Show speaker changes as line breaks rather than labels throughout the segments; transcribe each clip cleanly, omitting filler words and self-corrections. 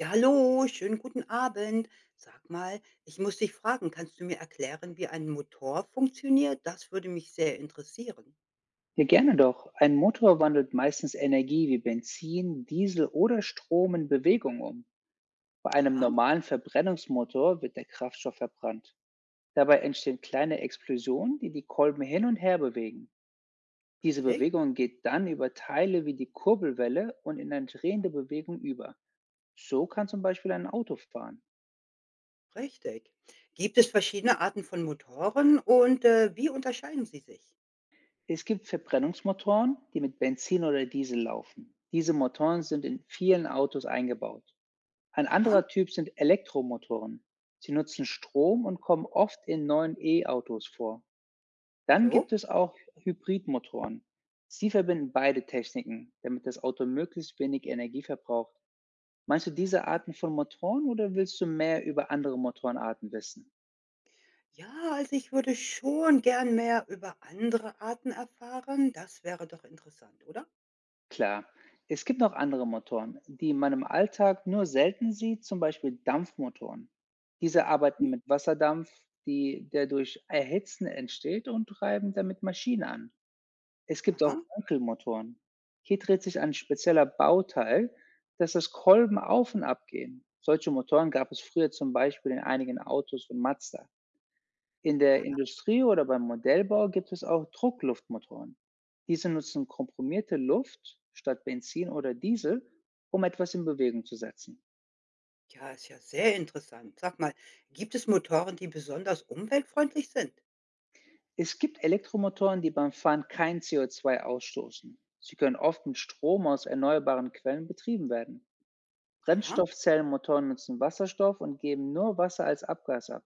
Ja, hallo, schönen guten Abend. Sag mal, ich muss dich fragen, kannst du mir erklären, wie ein Motor funktioniert? Das würde mich sehr interessieren.
Ja, gerne doch. Ein Motor wandelt meistens Energie wie Benzin, Diesel oder Strom in Bewegung um. Bei einem
Aha,
normalen Verbrennungsmotor wird der Kraftstoff verbrannt. Dabei entstehen kleine Explosionen, die die Kolben hin und her bewegen. Diese
richtig,
Bewegung geht dann über Teile wie die Kurbelwelle und in eine drehende Bewegung über. So kann zum Beispiel ein Auto fahren.
richtig. Gibt es verschiedene Arten von Motoren und wie unterscheiden sie sich?
Es gibt Verbrennungsmotoren, die mit Benzin oder Diesel laufen. Diese Motoren sind in vielen Autos eingebaut. Ein
Aha,
anderer Typ sind Elektromotoren. Sie nutzen Strom und kommen oft in neuen E-Autos vor. Dann
so.
gibt es auch Hybridmotoren. Sie verbinden beide Techniken, damit das Auto möglichst wenig Energie verbraucht. Meinst du diese
Aha.
Arten von Motoren oder willst du mehr über andere Motorenarten wissen?
Ja, also ich würde schon gern mehr über andere Arten erfahren. Das wäre doch interessant, oder?
Klar, es gibt noch andere Motoren, die man im Alltag nur selten sieht, zum Beispiel Dampfmotoren. Diese
Hm?
arbeiten mit Wasserdampf, die, der durch Erhitzen entsteht und treiben damit Maschinen an. Es gibt auch
Aha.
Wankelmotoren. Hier dreht sich ein spezieller Bauteil, dass das Kolben auf und ab gehen. Solche Motoren gab es früher zum Beispiel in einigen Autos von Mazda. In der
Ah,
Industrie oder beim Modellbau gibt es auch Druckluftmotoren. Diese nutzen komprimierte Luft statt Benzin oder Diesel, um etwas in Bewegung zu setzen.
ja, ist ja sehr interessant. Sag mal, gibt es Motoren, die besonders umweltfreundlich sind?
Es gibt Elektromotoren, die beim Fahren kein CO2 ausstoßen. Sie können oft mit Strom aus erneuerbaren Quellen betrieben werden.
Aha.
Brennstoffzellenmotoren nutzen Wasserstoff und geben nur Wasser als Abgas ab,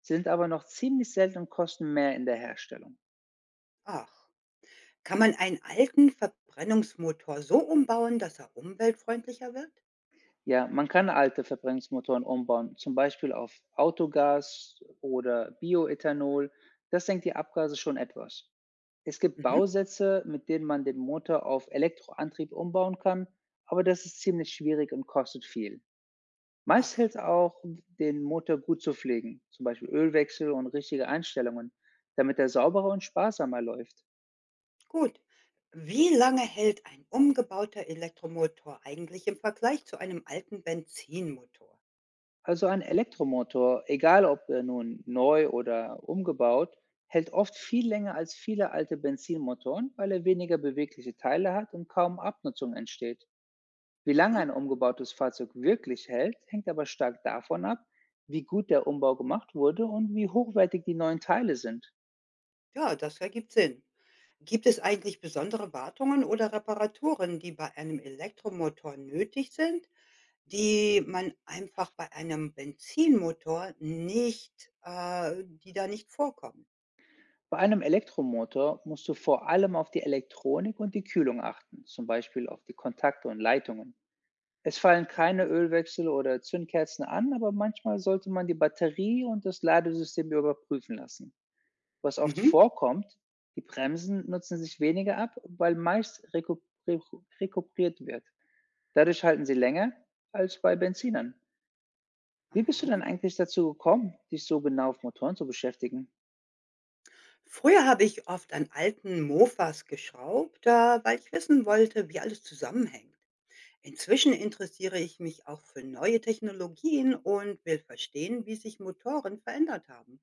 sind aber noch ziemlich selten und kosten mehr in der Herstellung.
Ach, kann man einen alten Verbrennungsmotor so umbauen, dass er umweltfreundlicher wird?
Ja, man kann alte Verbrennungsmotoren umbauen, zum Beispiel auf Autogas oder Bioethanol. Das senkt die Abgase schon etwas. Es gibt
Mhm.
Bausätze, mit denen man den Motor auf Elektroantrieb umbauen kann, aber das ist ziemlich schwierig und kostet viel. Meist
Ach,
hilft auch, den Motor gut zu pflegen, zum Beispiel Ölwechsel und richtige Einstellungen, damit er sauberer und sparsamer läuft.
gut. Wie lange hält ein umgebauter Elektromotor eigentlich im Vergleich zu einem alten Benzinmotor?
Also ein Elektromotor, egal ob er nun neu oder umgebaut, hält oft viel länger als viele alte Benzinmotoren, weil er weniger bewegliche Teile hat und kaum Abnutzung entsteht. Wie lange
Aha,
ein umgebautes Fahrzeug wirklich hält, hängt aber stark davon ab, wie gut der Umbau gemacht wurde und wie hochwertig die neuen Teile sind.
ja, das ergibt Sinn. Gibt es eigentlich besondere Wartungen oder Reparaturen, die bei einem Elektromotor nötig sind, die man einfach bei einem Benzinmotor nicht, die da nicht vorkommen?
Bei einem Elektromotor musst du vor allem auf die Elektronik und die Kühlung achten, zum Beispiel auf die Kontakte und Leitungen. Es fallen
Ja.
keine Ölwechsel oder Zündkerzen an, aber manchmal sollte man die Batterie und das Ladesystem überprüfen lassen. Was oft
Mhm.
vorkommt, die Bremsen nutzen sich weniger ab, weil meist rekuperiert wird. Dadurch halten sie länger als bei Benzinern. Wie bist du
Aha.
denn eigentlich dazu gekommen, dich so genau auf Motoren zu beschäftigen?
Früher habe ich oft an alten Mofas geschraubt, weil ich wissen wollte, wie alles zusammenhängt. Inzwischen interessiere ich mich auch für neue Technologien und will verstehen, wie sich Motoren verändert haben.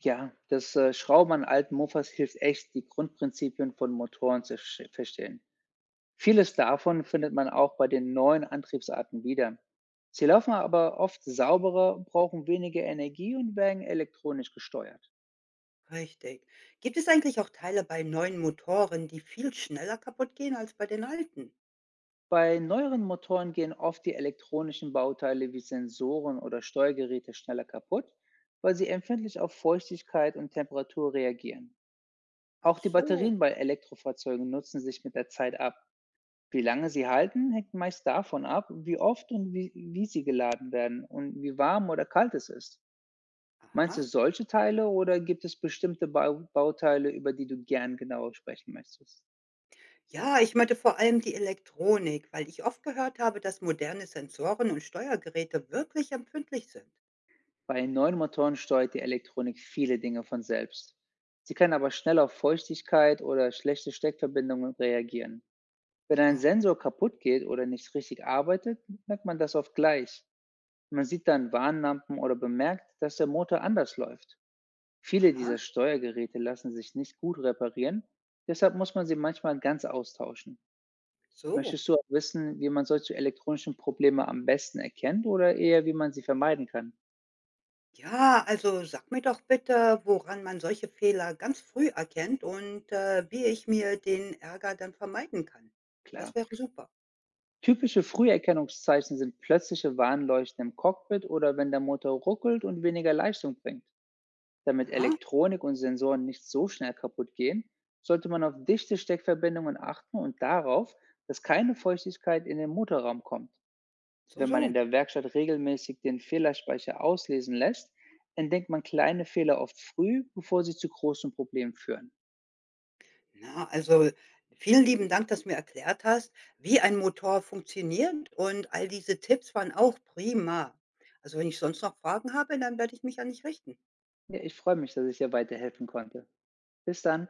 Ja, das Schrauben an alten Mofas hilft echt, die Grundprinzipien von Motoren verstehen. Vieles davon findet man auch bei den neuen Antriebsarten wieder. Sie laufen aber oft sauberer, brauchen weniger Energie und werden elektronisch gesteuert.
Richtig. Gibt es eigentlich auch Teile bei neuen Motoren, die viel schneller kaputt gehen als bei den alten?
Bei neueren Motoren gehen oft die elektronischen Bauteile wie Sensoren oder Steuergeräte schneller kaputt, weil sie empfindlich auf Feuchtigkeit und Temperatur reagieren.
Ach
Auch die
so.
Batterien bei Elektrofahrzeugen nutzen sich mit der Zeit ab. Wie lange sie halten, hängt meist davon ab, wie oft und wie sie geladen werden und wie warm oder kalt es ist. Meinst
Aha.
du solche Teile oder gibt es bestimmte Bauteile, über die du gern genauer sprechen möchtest?
Ja, ich meinte vor allem die Elektronik, weil ich oft gehört habe, dass moderne Sensoren und Steuergeräte wirklich empfindlich sind.
Bei neuen Motoren steuert die Elektronik viele Dinge von selbst. Sie kann aber schnell auf Feuchtigkeit oder schlechte Steckverbindungen reagieren. Wenn ein
Ah,
Sensor kaputt geht oder nicht richtig arbeitet, merkt man das oft gleich. Man sieht dann Warnlampen oder bemerkt, dass der Motor anders läuft. Viele
aha,
dieser Steuergeräte lassen sich nicht gut reparieren, deshalb muss man sie manchmal ganz austauschen.
so.
Möchtest du auch wissen, wie man solche elektronischen Probleme am besten erkennt oder eher, wie man sie vermeiden kann?
Ja, also sag mir doch bitte, woran man solche Fehler ganz früh erkennt und wie ich mir den Ärger dann vermeiden kann.
Klar.
Das wäre super.
Typische Früherkennungszeichen sind plötzliche Warnleuchten im Cockpit oder wenn der Motor ruckelt und weniger Leistung bringt. Damit
Aha,
Elektronik und Sensoren nicht so schnell kaputt gehen, sollte man auf dichte Steckverbindungen achten und darauf, dass keine Feuchtigkeit in den Motorraum kommt.
so,
Wenn man
so.
in der Werkstatt regelmäßig den Fehlerspeicher auslesen lässt, entdeckt man kleine Fehler oft früh, bevor sie zu großen Problemen führen.
Na, also vielen lieben Dank, dass du mir erklärt hast, wie ein Motor funktioniert und all diese Tipps waren auch prima. Also, wenn ich sonst noch Fragen habe, dann werde ich mich an dich richten.
Ja, ich freue mich, dass ich dir weiterhelfen konnte. Bis dann.